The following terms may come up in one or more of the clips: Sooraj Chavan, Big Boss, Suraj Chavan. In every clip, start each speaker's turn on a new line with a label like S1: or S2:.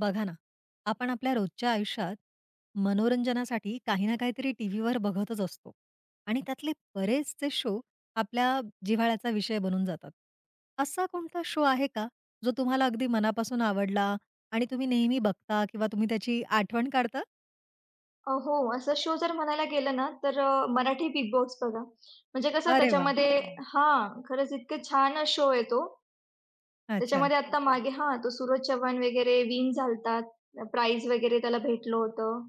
S1: बघा ना, आपण आपल्या रोजच्या आयुष्यात मनोरंजनासाठी काही ना काहीतरी टीव्हीवर बघतच असतो आणि त्यातले बरेचसे शो आपल्या जिव्हाळ्याचा विषय बनून जातात. असा कोणता शो आहे का, जो तुम्हाला अगदी मनापासून आवडला आणि तुम्ही नेहमी बघता किंवा तुम्ही त्याची आठवण काढता?
S2: हो, असा शो जर म्हणायला गेलं ना, तर मराठी बिग बॉस बघा. म्हणजे कसं
S1: अरे वाह!
S2: त्याच्यामध्ये खरंच इतके छान शो आहे तो.
S1: अच्छा.
S2: त्याच्यामध्ये आत्ता. अच्छा. मागे तो सूरज चव्हाण वगैरे विन झालतात. प्राइज वगैरे त्याला भेटलं होतं.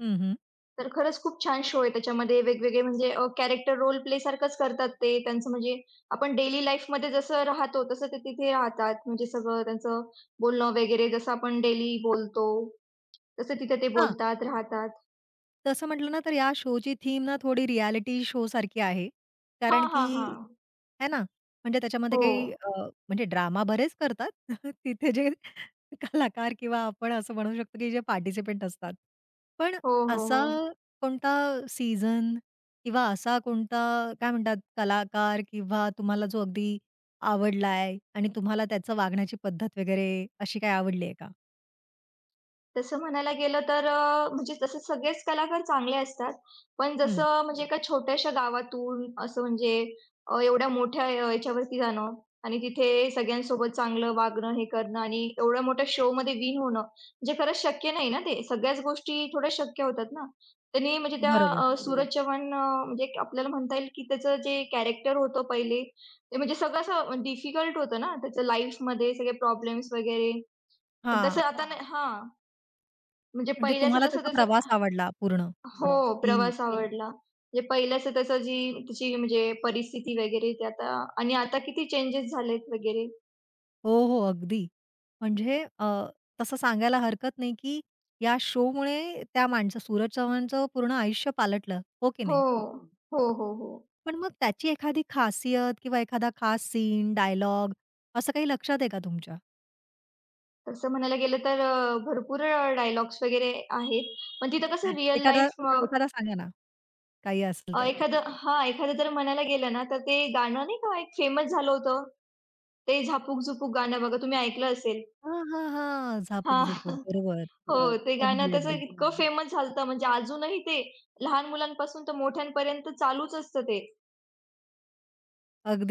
S1: हं, हं.
S2: तर खरंच खूप छान शो आहे. त्याच्यामध्ये वेगवेगळे म्हणजे कॅरेक्टर रोल प्ले सारखंच करतात ते. त्यांचं म्हणजे आपण डेली लाईफमध्ये जसं राहतो, तसं ते तिथे राहतात. म्हणजे सगळं त्यांचं बोलणं वगैरे जसं आपण डेली बोलतो, तसं तिथे ते बोलतात, राहतात.
S1: तसं म्हटलं ना, तर या शोची थीम ना थोडी रियालिटी शोसारखी आहे.
S2: हां,
S1: कारण की
S2: हां, हां.
S1: है ना, म्हणजे त्याच्यामध्ये
S2: हो.
S1: काही म्हणजे ड्रामा बरेच करतात. तिथे जे कलाकार किंवा आपण असं म्हणू शकतो, की जे पार्टिसिपंट असतात. पण
S2: हो, हो,
S1: असा
S2: हो.
S1: कोणता सीझन किंवा असा कोणता काय म्हणतात कलाकार किंवा तुम्हाला जो अगदी आवडलाय आणि तुम्हाला त्याचं वागण्याची पद्धत वगैरे अशी काही आवडली आहे का?
S2: तसं म्हणायला गेलं तर म्हणजे तसे सगळेच कलाकार चांगले असतात. पण
S1: हं.
S2: जसं म्हणजे एका छोट्याशा गावातून असं म्हणजे एवढ्या मोठ्या याच्यावरती जाणं आणि तिथे सगळ्यांसोबत चांगलं वागणं, हे करणं आणि एवढ्या मोठ्या शोमध्ये विन होणं, म्हणजे खरंच शक्य नाही ना ते. सगळ्याच गोष्टी थोड्या शक्य होतात ना. त्यांनी म्हणजे त्या
S1: बरोबर.
S2: सूरज चव्हाण, म्हणजे एक आपल्याला म्हणता येईल की त्याचं जे कॅरेक्टर होतं पहिले, ते म्हणजे सगळं असं डिफिकल्ट होतं ना त्याचं लाईफमध्ये सगळे प्रॉब्लेम्स वगैरे. तसं
S1: हां.
S2: आता नाही, हां. म्हणजे
S1: म्हणजे
S2: पहिल्याचं
S1: तुम्हाला
S2: जसं
S1: त्याचा
S2: त्याचं.
S1: प्रवास आवडला पूर्ण?
S2: हो, हां.
S1: की
S2: प्रवास आवडला. म्हणजे पहिल्याचं त्याचं जी तिची म्हणजे परिस्थिती वगैरे ते आता आणि आता किती चेंजेस झालेत वगैरे.
S1: हो, हो, अगदी. म्हणजे तसं सांगायला हरकत नाही, की या शोमुळे त्या माणसं सूरज चव्हाणचं पूर्ण आयुष्य पालटलं, हो की
S2: हो.
S1: नाही?
S2: हं, हो, हो, हो.
S1: पण मग त्याची एखादी खासियत किंवा एखादा खास सीन, डायलॉग असं काही लक्षात आहे का तुमच्या?
S2: तसं म्हणायला गेलं तर भरपूर डायलॉग्स वगैरे आहेत. पण तिथं कसं रिअल
S1: एखादा
S2: लाईफ
S1: एखादा सांगा ना, काही असेल तर?
S2: एखादं जर म्हणायला गेलं ना, तर ते गाणं नाही का एक फेमस झालं होतं. ते झापूक-झुपूक गाणं बघा तुम्ही ऐकलं असेल.
S1: हां, हां, हां.
S2: हां.
S1: झापूक-झुपूक. बरोबर.
S2: हो, ते गाणं
S1: अगदी,
S2: त्याचं
S1: अगदी.
S2: इतकं फेमस झालतं म्हणजे अजूनही ते लहान मुलांपासून तर मोठ्यांपर्यंत चालूच असतं ते.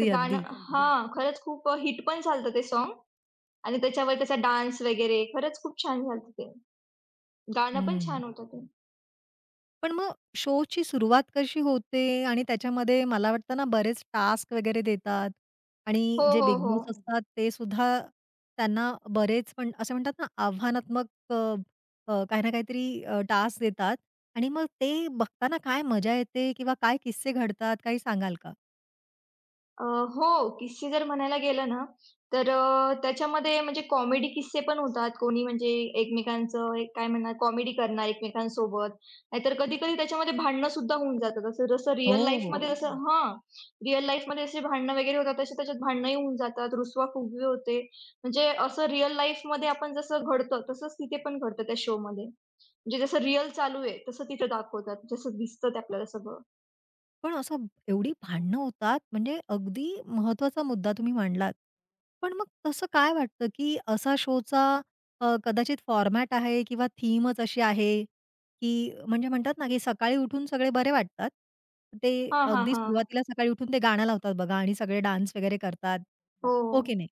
S2: तर गाणं,
S1: अगदी.
S2: खरंच खूप हिट पण झालतं ते सॉन्ग आणि त्याच्यावर त्याचा डान्स वगैरे खरंच खूप छान झालतं ते. गाणं पण
S1: हं.
S2: छान होतं ते.
S1: पण मग शोची सुरुवात कशी होते? आणि त्याच्यामध्ये मला वाटतं ना बरेच टास्क वगैरे देतात
S2: हो,
S1: आणि जे
S2: हो,
S1: बिग बॉस
S2: हो.
S1: असतात ते सुद्धा त्यांना बरेच पण असं म्हणतात ना आव्हानात्मक काही ना काहीतरी टास्क देतात आणि मग ते बघताना काय मजा येते किंवा काय किस्से घडतात काही सांगाल का?
S2: हो, किस्से जर म्हणायला गेलं ना, तर त्याच्यामध्ये म्हणजे कॉमेडी किस्से पण होतात. कोणी म्हणजे एकमेकांचं एक काय म्हणणार कॉमेडी करणार एकमेकांसोबत. नाहीतर कधी-कधी त्याच्यामध्ये भांडणं सुद्धा होऊन जातात. जसं जसं रिअल
S1: हो.
S2: लाईफमध्ये जसं, रिअल लाईफमध्ये जसे भांडणं वगैरे होतात, तसे त्याच्यात भांडणंही होऊन जातात. रुसवा-फुगवी होते. म्हणजे असं रिअल लाईफमध्ये आपण जसं घडतं, तसंच तिथे पण घडतं त्या शोमध्ये. म्हणजे जसं रिअल चालू आहे, तसं तिथं दाखवतात. जसं दिसतं ते आपल्याला सगळं.
S1: पण असं एवढी भांडणं होतात म्हणजे अगदी महत्वाचा मुद्दा तुम्ही मांडलात. पण मग तसं काय वाटतं, की असा शोचा कदाचित फॉर्मॅट आहे किंवा थीमच अशी आहे, की म्हणजे म्हणतात ना, की सकाळी उठून सगळे बरे वाटतात. ते
S2: हां, हां,
S1: अगदी
S2: हां.
S1: सुरुवातीला सकाळी उठून ते गाणं लावतात बघा आणि सगळे डान्स वगैरे करतात.
S2: हो,
S1: हो की नाही?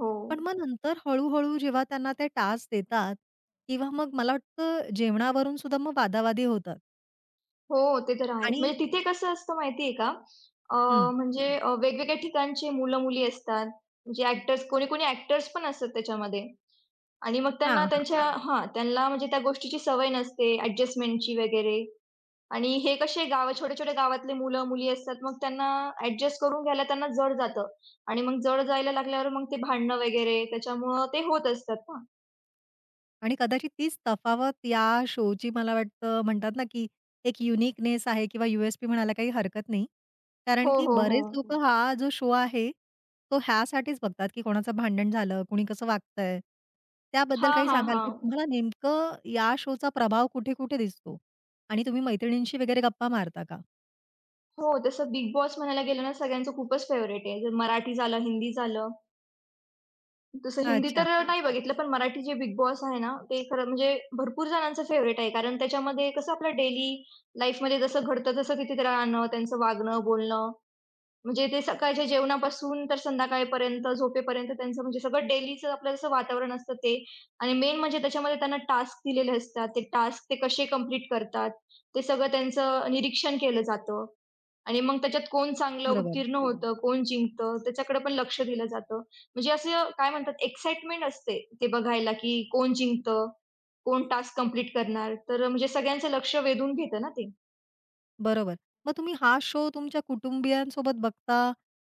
S2: हो.
S1: पण मग नंतर हळू जेव्हा त्यांना ते टास्क देतात किंवा मग मला वाटतं जेवणावरून सुद्धा मग वादावादी होतात
S2: हो, ते तर आहेच.
S1: आणि
S2: म्हणजे तिथे कसं असतं माहिती आहे का? अ,
S1: हं.
S2: म्हणजे वेगवेगळ्या ठिकाणचे मुलं-मुली असतात. म्हणजे कोणी-कोणी ॲक्टर्स पण असतात त्याच्यामध्ये. आणि मग त्यांना
S1: हां, हां.
S2: त्यांच्या हां. हां, त्यांना म्हणजे त्या गोष्टीची सवय नसते ॲडजस्टमेंटची वगैरे. आणि हे कसे छोट्या-छोट्या गावातले मुलं-मुली असतात. मग त्यांना ॲडजस्ट करून घ्यायला त्यांना जड जातं. आणि मग जड जायला लागल्यावर मग ते भांडणं वगैरे त्याच्यामुळं ते होत असतात ना.
S1: आणि कदाचित तीच तफावत या शोची मला वाटतं म्हणतात ना, की एक युनिकनेस आहे किंवा USP म्हणायला काही हरकत नाही.
S2: हो,
S1: कारण की
S2: हो,
S1: बरेच
S2: हो.
S1: लोकं हा जो शो आहे, तो ह्यासाठीच बघतात, की कोणाचं भांडण झालं, कुणी कसं वागतंय. त्याबद्दल
S2: हां,
S1: काही
S2: हां,
S1: सांगाल की
S2: हां.
S1: तुम्हाला नेमकं या शोचा प्रभाव कुठे-कुठे दिसतो? आणि तुम्ही मैत्रिणींशी वगैरे गप्पा मारता का?
S2: हो, जसं बिग बॉस म्हणायला गेलं ना, सगळ्यांचं खूपच फेव्हरेट आहे. जर मराठी झालं, हिंदी झालं. तसं हिंदी
S1: अच्छा.
S2: तर नाही बघितलं, पण मराठी जे बिग बॉस आहे ना, ते खरं म्हणजे भरपूर जणांचं फेव्हरेट आहे. कारण त्याच्यामध्ये कसं आपलं डेली लाईफमध्ये जसं घडतं, तसं तिथे राहणं, त्यांचं वागणं, बोलणं म्हणजे ते सकाळच्या जेवणापासून तर संध्याकाळपर्यंत झोपेपर्यंत त्यांचं म्हणजे सगळं डेलीचं आपलं जसं वातावरण असतं ते आणि मेन म्हणजे त्याच्यामध्ये त्यांना टास्क दिलेले असतात. ते टास्क ते कसे कंप्लीट करतात, ते सगळं त्यांचं निरीक्षण केलं जातं. आणि मग त्याच्यात कोण चांगलं
S1: बरोबर,
S2: उत्तीर्ण होतं, कोण जिंकतं, त्याच्याकडे पण लक्ष दिलं जातं. म्हणजे असं काय म्हणतात एक्साईटमेंट असते ते बघायला, की कोण जिंकतं, कोण टास्क कंप्लीट करणार. तर म्हणजे सगळ्यांचं लक्ष वेधून घेतं ना ते.
S1: बरोबर. मग तुम्ही हा शो तुमच्या कुटुंबियांसोबत बघता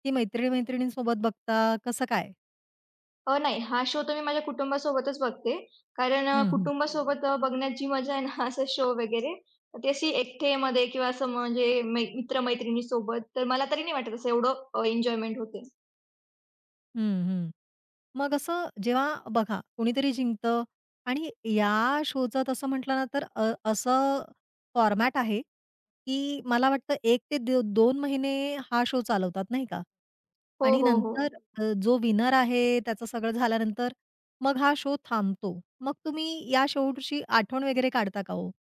S1: की मैत्रिणी-मैत्रिणींसोबत बघता? कसं काय?
S2: नाही. हा शो तर मी माझ्या कुटुंबासोबतच बघते. कारण
S1: हं, हं.
S2: कुटुंबासोबत बघण्याची मजा आहे ना असा शो वगैरे, ती अशी एकटेमध्ये किंवा असं म्हणजे मित्र. तर मला तरी नाही वाटत असं एवढं एन्जॉयमेंट होते.
S1: हं, हं. मग असं जेव्हा बघा कोणीतरी जिंकतं आणि या शोचं तसं म्हटलं ना तर असं फॉर्मॅट आहे, की मला वाटतं 1 ते 2 महिने हा शो चालवतात नाही का?
S2: हो,
S1: आणि
S2: हो, हो.
S1: नंतर जो विनर आहे त्याचं सगळं झाल्यानंतर मग हा शो थांबतो. मग तुम्ही या शोची आठवण वगैरे काढता का हो?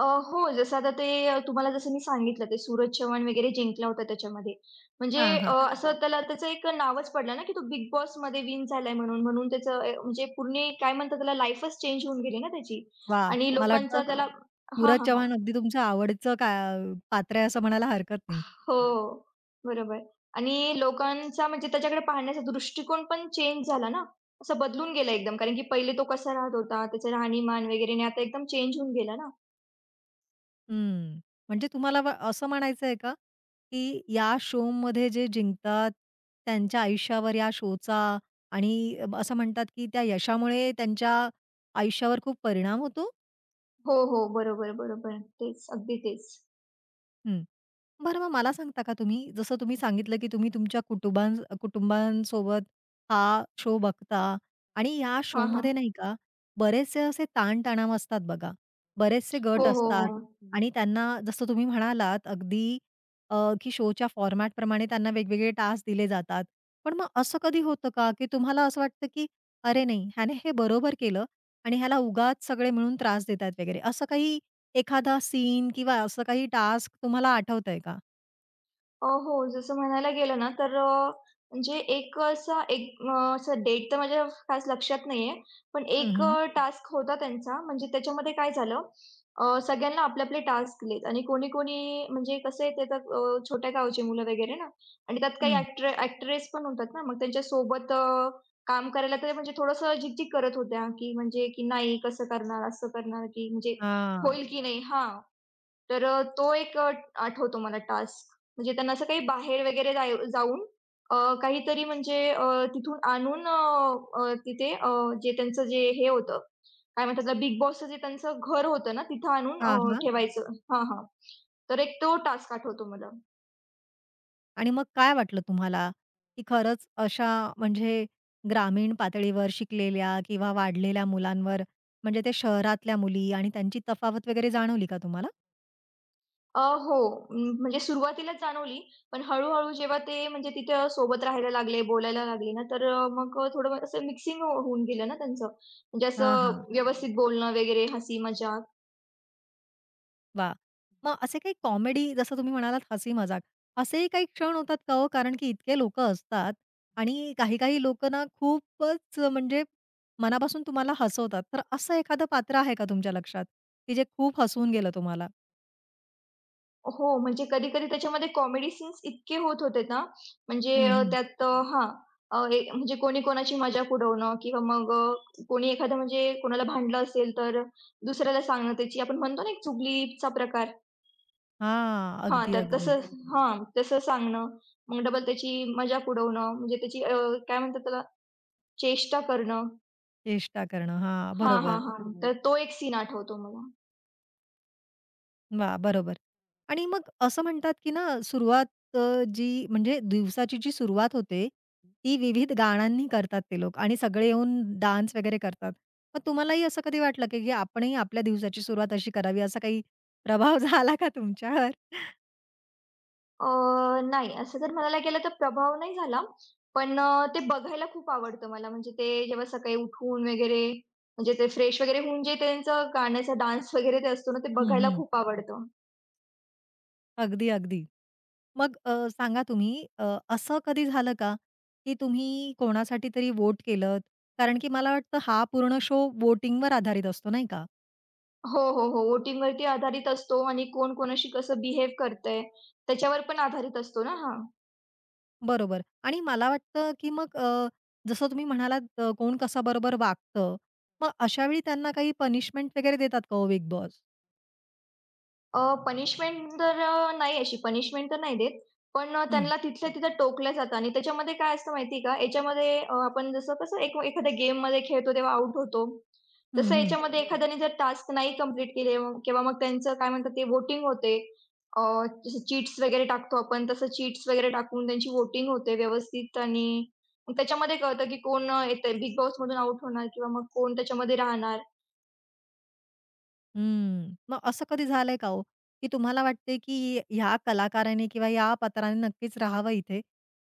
S2: अ, हो, जसं आता ते तुम्हाला जसं मी सांगितलं ते सूरज चव्हाण वगैरे जिंकला होता त्याच्यामध्ये. म्हणजे
S1: हां, हां.
S2: असं त्याला त्याचं एक नावच पडलं ना, की तो बिग बॉसमध्ये विन झालाय म्हणून. म्हणून त्याचं म्हणजे पूर्ण काय म्हणतात त्याला लाईफच चेंज होऊन गेली ना त्याची.
S1: वाह!
S2: आणि
S1: मला वाटतं
S2: लोकांचा त्याला. हां,
S1: सूरज
S2: हां, हां.
S1: चव्हाण अगदी तुमचं आवडीचं का पात्र आहे असं म्हणायला हरकत नाही.
S2: हो, बरोबर. आणि लोकांचा म्हणजे त्याच्याकडे पाहण्याचा दृष्टिकोन पण चेंज झाला ना, असं बदलून गेला एकदम. कारण की पहिले तो कसा राहत होता, त्याचं राहणीमान वगैरे आणि आता एकदम चेंज होऊन गेला ना.
S1: हं. म्हणजे तुम्हाला व असं म्हणायचं आहे का, की या शोमध्ये जे जिंकतात, त्यांच्या आयुष्यावर या शोचा आणि असं म्हणतात, की त्या यशामुळे त्यांच्या आयुष्यावर खूप परिणाम होतो?
S2: हो, हो. बरोबर, बरोबर. तेच, अगदी तेच.
S1: बरं मग मला सांगता का तुम्ही, जसं तुम्ही सांगितलं, की तुम्ही तुमच्या कुटुंबांसोबत हा शो बघता आणि या
S2: हां, हां.
S1: शोमध्ये नाही का, बरेचसे असे ताणतणाव असतात बघा. बरेचसे
S2: हो,
S1: गट
S2: हो,
S1: असतात
S2: हो.
S1: आणि त्यांना जसं तुम्ही म्हणालात अगदी अ, की शोच्या फॉर्मॅट प्रमाणे त्यांना वेगवेगळे टास्क दिले जातात. पण मग असं कधी होतं का, की तुम्हाला असं वाटतं, की "अरे नाही, ह्याने हे बरोबर केलं आणि ह्याला उगाच सगळे मिळून त्रास देतायत" वगैरे. असं काही एखादा सीन किंवा असं काही टास्क तुम्हाला आठवतंय का?
S2: हो, जसं म्हणायला गेलं ना, तर म्हणजे एक असा डेट तर माझ्या खास लक्षात नाहीये. पण
S1: हं,
S2: एक
S1: हं.
S2: टास्क होता त्यांचा. म्हणजे त्याच्यामध्ये काय झालं, सगळ्यांना आपले-आपले टास्क दिलेत आणि कोणी-कोणी म्हणजे कसे ते तर छोट्या गावचे मुलं वगैरे ना आणि त्यात काही
S1: हं.
S2: ॲक्टर ॲक्ट्रेस पण होतात ना, मग त्यांच्यासोबत काम करायला ते म्हणजे थोडंसं झिग करत होत्या, की म्हणजे की नाही कसं करणार, असं करणार, की म्हणजे
S1: हां.
S2: होईल की नाही? तर तो एक आठवतो मला टास्क. म्हणजे त्यांना असं काही बाहेर वगैरे जाऊन अ, काहीतरी म्हणजे तिथून आणून तिथे जे त्यांचं जे हे होतं, काय म्हणतात बिग बॉसचं जे त्यांचं घर होतं ना, तिथं आणून
S1: हां, हां.
S2: ठेवायचं. हां, हां. तर एक तो टास्क आठवतो मला.
S1: आणि मग काय वाटलं तुम्हाला, की खरंच अशा म्हणजे ग्रामीण पातळीवर शिकलेल्या किंवा वाढलेल्या मुलांवर म्हणजे ते शहरातल्या मुली आणि त्यांची तफावत वगैरे जाणवली का तुम्हाला?
S2: हो, म्हणजे सुरुवातीलाच जाणवली, पण हळू-हळू जेव्हा ते म्हणजे तिथं सोबत राहायला लागले, बोलायला लागले ना, तर मग थोडं असं मिक्सिंग होऊन गेलं ना त्यांचं. म्हणजे
S1: हां, हां.
S2: असं व्यवस्थित बोलणं वगैरे, हसी-मजाक.
S1: वाह! मग असे काही कॉमेडी जसं तुम्ही म्हणालात हसी-मजाक असेही काही क्षण होतात का हो? कारण की इतके लोकं असतात आणि काही-काही लोकं ना खूपच म्हणजे मनापासून तुम्हाला हसवतात. तर असं एखादं पात्र आहे का तुमच्या लक्षात, की जे खूप हसवून गेलं तुम्हाला?
S2: हो, म्हणजे कधी-कधी त्याच्यामध्ये कॉमेडी सीन्स इतके होत होते ना, म्हणजे
S1: हं, हं.
S2: त्यात अ, हां, अ, ए म्हणजे कोणी कोणाची मजाक उडवणं किंवा मग कोणी एखादं म्हणजे कोणाला भांडलं असेल, तर दुसऱ्याला सांगणं त्याची आपण म्हणतो ना, एक चुगलीचा प्रकार.
S1: हां. अगदी,
S2: तर
S1: अगदी.
S2: तसं सांगणं. मग डबल त्याची मजाक उडवणं, म्हणजे त्याची काय म्हणतात त्याला चेष्टा करणं.
S1: चेष्टा करणं. हां.
S2: हां, हां,
S1: बरोबर.
S2: हां. तर तो एक सीन आठवतो मला.
S1: वाह! बरोबर. आणि मग असं म्हणतात, की ना सुरुवात अ, जी म्हणजे दिवसाची जी सुरुवात होते, ती विविध गाण्यांनी करतात ते लोक आणि सगळे येऊन डान्स वगैरे करतात. मग तुम्हालाही असं कधी वाटलं, की की आपणही आपल्या दिवसाची सुरुवात अशी करावी, असा काही प्रभाव झाला का तुमच्यावर?
S2: अ, नाही, असं जर म्हणायला गेलं तर प्रभाव नाही झाला. पण ते बघायला खूप आवडतं मला. म्हणजे ते जेव्हा सकाळी उठून वगैरे म्हणजे ते फ्रेश वगैरे होऊन जे त्यांचं गाण्याचा डान्स वगैरे ते असतो ना, ते
S1: हं,
S2: बघायला
S1: हं.
S2: खूप आवडतं.
S1: अगदी, अगदी. मग सांगा तुम्ही असं कधी झालं का, की तुम्ही कोणासाठी तरी वोट केलत? कारण की मला वाटतं हा पूर्ण शो व्होटिंगवर आधारित असतो, नाही का?
S2: हो, हो, हो. वोटिंगवरती आधारित असतो आणि कोण कोणाशी कसं बिहेव करतंय, त्याच्यावर पण आधारित असतो ना.
S1: बरोबर. आणि मला वाटतं, की मग जसं तुम्ही म्हणालात कोण कसा बरोबर वागतं. मग अशावेळी त्यांना काही पनिशमेंट वगैरे देतात का हो बिग बॉस?
S2: अ, पनिशमेंट तर नाही अशी पनिशमेंट तर नाही देत. पण
S1: हं.
S2: त्यांना तिथल्या तिथं टोकलं जातं आणि त्याच्यामध्ये काय असतं माहिती आहे का, याच्यामध्ये आपण जसं कसं एक एखाद्या गेममध्ये खेळतो तेव्हा आउट होतो.
S1: हं,
S2: तसं
S1: हं.
S2: याच्यामध्ये एखाद्याने जर टास्क नाही कंप्लीट केले किंवा मग त्यांचं काय म्हणतात ते वोटिंग होते. अ, जसं चीट्स वगैरे टाकतो आपण तसं चीट्स वगैरे टाकून त्यांची वोटिंग होते व्यवस्थित आणि मग त्याच्यामध्ये कळतं की कोण येतंय बिग बॉसमधून आउट होणार किंवा मग कोण त्याच्यामध्ये राहणार.
S1: हम्म. मग असं कधी झालंय का हो, की तुम्हाला वाटते की ह्या कलाकाराने किंवा या पात्राने नक्कीच राहावं इथे,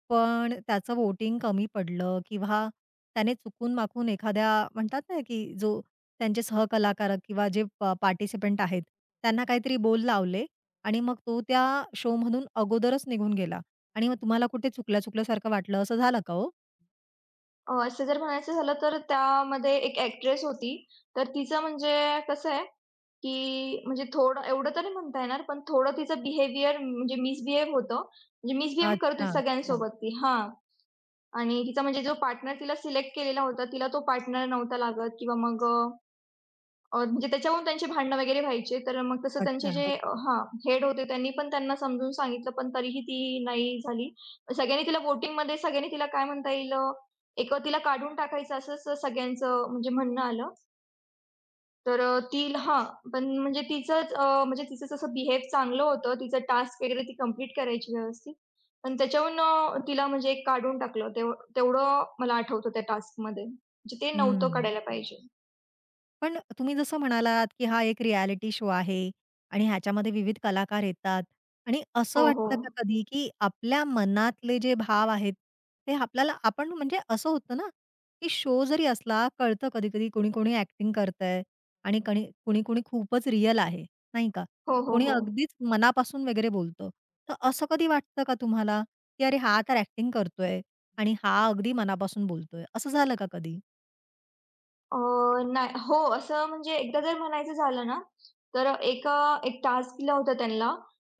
S1: पण त्याचं वोटिंग कमी पडलं किंवा त्याने चुकून-माकून एखाद्या म्हणतात ना, की जो त्यांचे सहकलाकार किंवा जे पार्टिसिपंट आहेत, त्यांना काहीतरी बोल लावले आणि मग तो त्या शोमधून अगोदरच निघून गेला आणि मग तुम्हाला कुठे चुकल्या-चुकल्यासारखं वाटलं, असं झालं का हो?
S2: असं जर म्हणायचं झालं तर त्यामध्ये एक एक्ट्रेस होती. तर तिचं म्हणजे कसं आहे, की म्हणजे थोडं एवढं तरी म्हणता येणार, पण थोडं तिचं बिहेवियर म्हणजे मिसबिहेव होतं. म्हणजे मिसबिहेव करत होती
S1: अच्छा,
S2: सगळ्यांसोबत ती. आणि तिचा म्हणजे जो पार्टनर तिला सिलेक्ट केलेला होता, तिला तो पार्टनर नव्हता लागत किंवा मग म्हणजे त्याच्यावरून त्यांची भांडणं वगैरे व्हायचे. तर मग तसं त्यांचे
S1: अच्छा.
S2: जे अच्छा. हेड होते त्यांनी पण त्यांना समजून सांगितलं, पण तरीही ती नाही झाली. सगळ्यांनी तिला वोटिंगमध्ये सगळ्यांनी तिला काय म्हणता येईल एक तिला काढून टाकायचं असं सगळ्यांचं म्हणजे म्हणणं आलं. तर ती पण म्हणजे तिचंच म्हणजे तिचं जसं बिहेव चांगलं होतं, तिचं टास्क वगैरे ती कंप्लीट करायची व्यवस्थित. पण त्याच्याहून तिला म्हणजे काढून टाकलं. तेवढं मला आठवतं त्या टास्कमध्ये. म्हणजे ते नव्हतं
S1: हम्म.
S2: काढायला पाहिजे.
S1: पण तुम्ही जसं म्हणालात, की हा एक रियालिटी शो आहे आणि ह्याच्यामध्ये विविध कलाकार येतात आणि असं
S2: हो,
S1: वाटतं का
S2: हो.
S1: कधी, की आपल्या मनातले जे भाव आहेत, ते आपल्याला आपण म्हणजे असं होतं ना, की शो जरी असला कळतं कधी-कधी कोणी-कोणी ॲक्टिंग करतंय आणि कोणी-कोणी खूपच रिअल आहे, नाही का?
S2: हो, हो,
S1: कोणी
S2: हो.
S1: अगदीच मनापासून वगैरे बोलतं. तर असं कधी वाटतं का तुम्हाला, की अरे हा तर ॲक्टिंग करतोय आणि हा अगदी मनापासून बोलतोय, असं झालं का कधी?
S2: अ, नाही हो, असं म्हणजे एकदा जर म्हणायचं झालं ना, तर एक टास्क दिला होता त्यांना.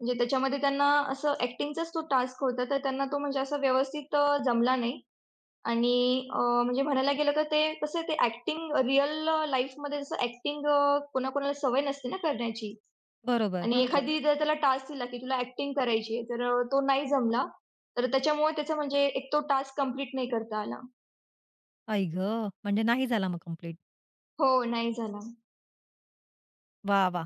S2: म्हणजे त्याच्यामध्ये त्यांना असं ॲक्टिंगचाच तो टास्क होता, तर त्यांना तो म्हणजे असा व्यवस्थित जमला नाही आणि अ, म्हणजे म्हणायला गेलं तर ते कसं ते ॲक्टिंग रिअल लाईफमध्ये जसं ॲक्टिंग कोणाकोणाला सवय नसते ना करण्याची
S1: बरोबर.
S2: आणि एखादी जर त्याला टास्क दिला, की तुला ॲक्टिंग करायची आहे, तर तो नाही जमला. तर त्याच्यामुळे त्याचा म्हणजे एक तो टास्क कंप्लीट नाही करता आला.
S1: आई गं! म्हणजे नाही झाला मग कंप्लीट.
S2: हो, नाही झाला.
S1: वाह! वाह!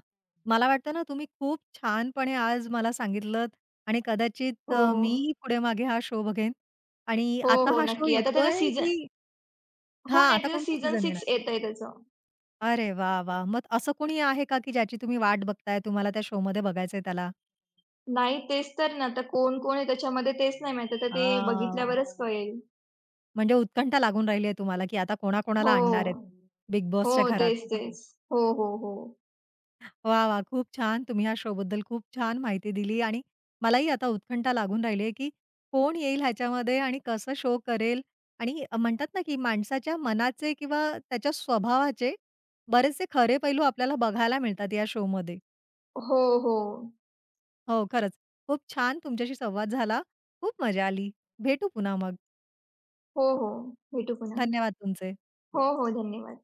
S1: मला वाटतं ना तुम्ही खूप छानपणे आज मला सांगितलंत आणि कदाचित
S2: हो.
S1: मीही पुढे मागे हा शो बघेन आणि
S2: हो,
S1: आता
S2: हो.
S1: हा शो
S2: नक्की. आता त्याचा
S1: येतोय
S2: सीझन.
S1: की
S2: हो,
S1: हां,
S2: नाही.
S1: आता
S2: त्याचं
S1: कोणता
S2: सीझन
S1: सीझन येणार
S2: 6
S1: आहे?
S2: येतंय त्याचं.
S1: अरे वाह! वाह! मग असं कोणी आहे का की ज्याची तुम्ही वाट बघताय, तुम्हाला त्या शोमध्ये बघायचंय त्याला?
S2: नाही तेच तर ना, आता कोण-कोण आहे त्याच्यामध्ये तेच नाही माहीत. आता ते
S1: हां.
S2: बघितल्यावरच कळेल.
S1: म्हणजे उत्कंठा लागून राहिली आहे तुम्हाला की आता कोणाकोणाला
S2: हो.
S1: आणणार आहेत बिग
S2: हो,
S1: बॉसच्या घरात?
S2: तेच, तेच. हो, हो, हो.
S1: वाह! वाह! खूप छान. तुम्ही ह्या शोबद्दल खूप छान माहिती दिली आणि मलाही आता उत्कंठा लागून राहिली आहे, की कोण येईल ह्याच्यामध्ये आणि कसं शो करेल आणि म्हणतात ना, की माणसाच्या मनाचे किंवा त्याच्या स्वभावाचे बरेचसे खरे पैलू आपल्याला बघायला मिळतात या शोमध्ये.
S2: हो, हो.
S1: हो, खरंच. खूप छान तुमच्याशी संवाद झाला. खूप मजा आली. भेटू पुन्हा मग.
S2: हो, हो. भेटू पुन्हा.
S1: धन्यवाद तुमचे.
S2: हो, हो. धन्यवाद.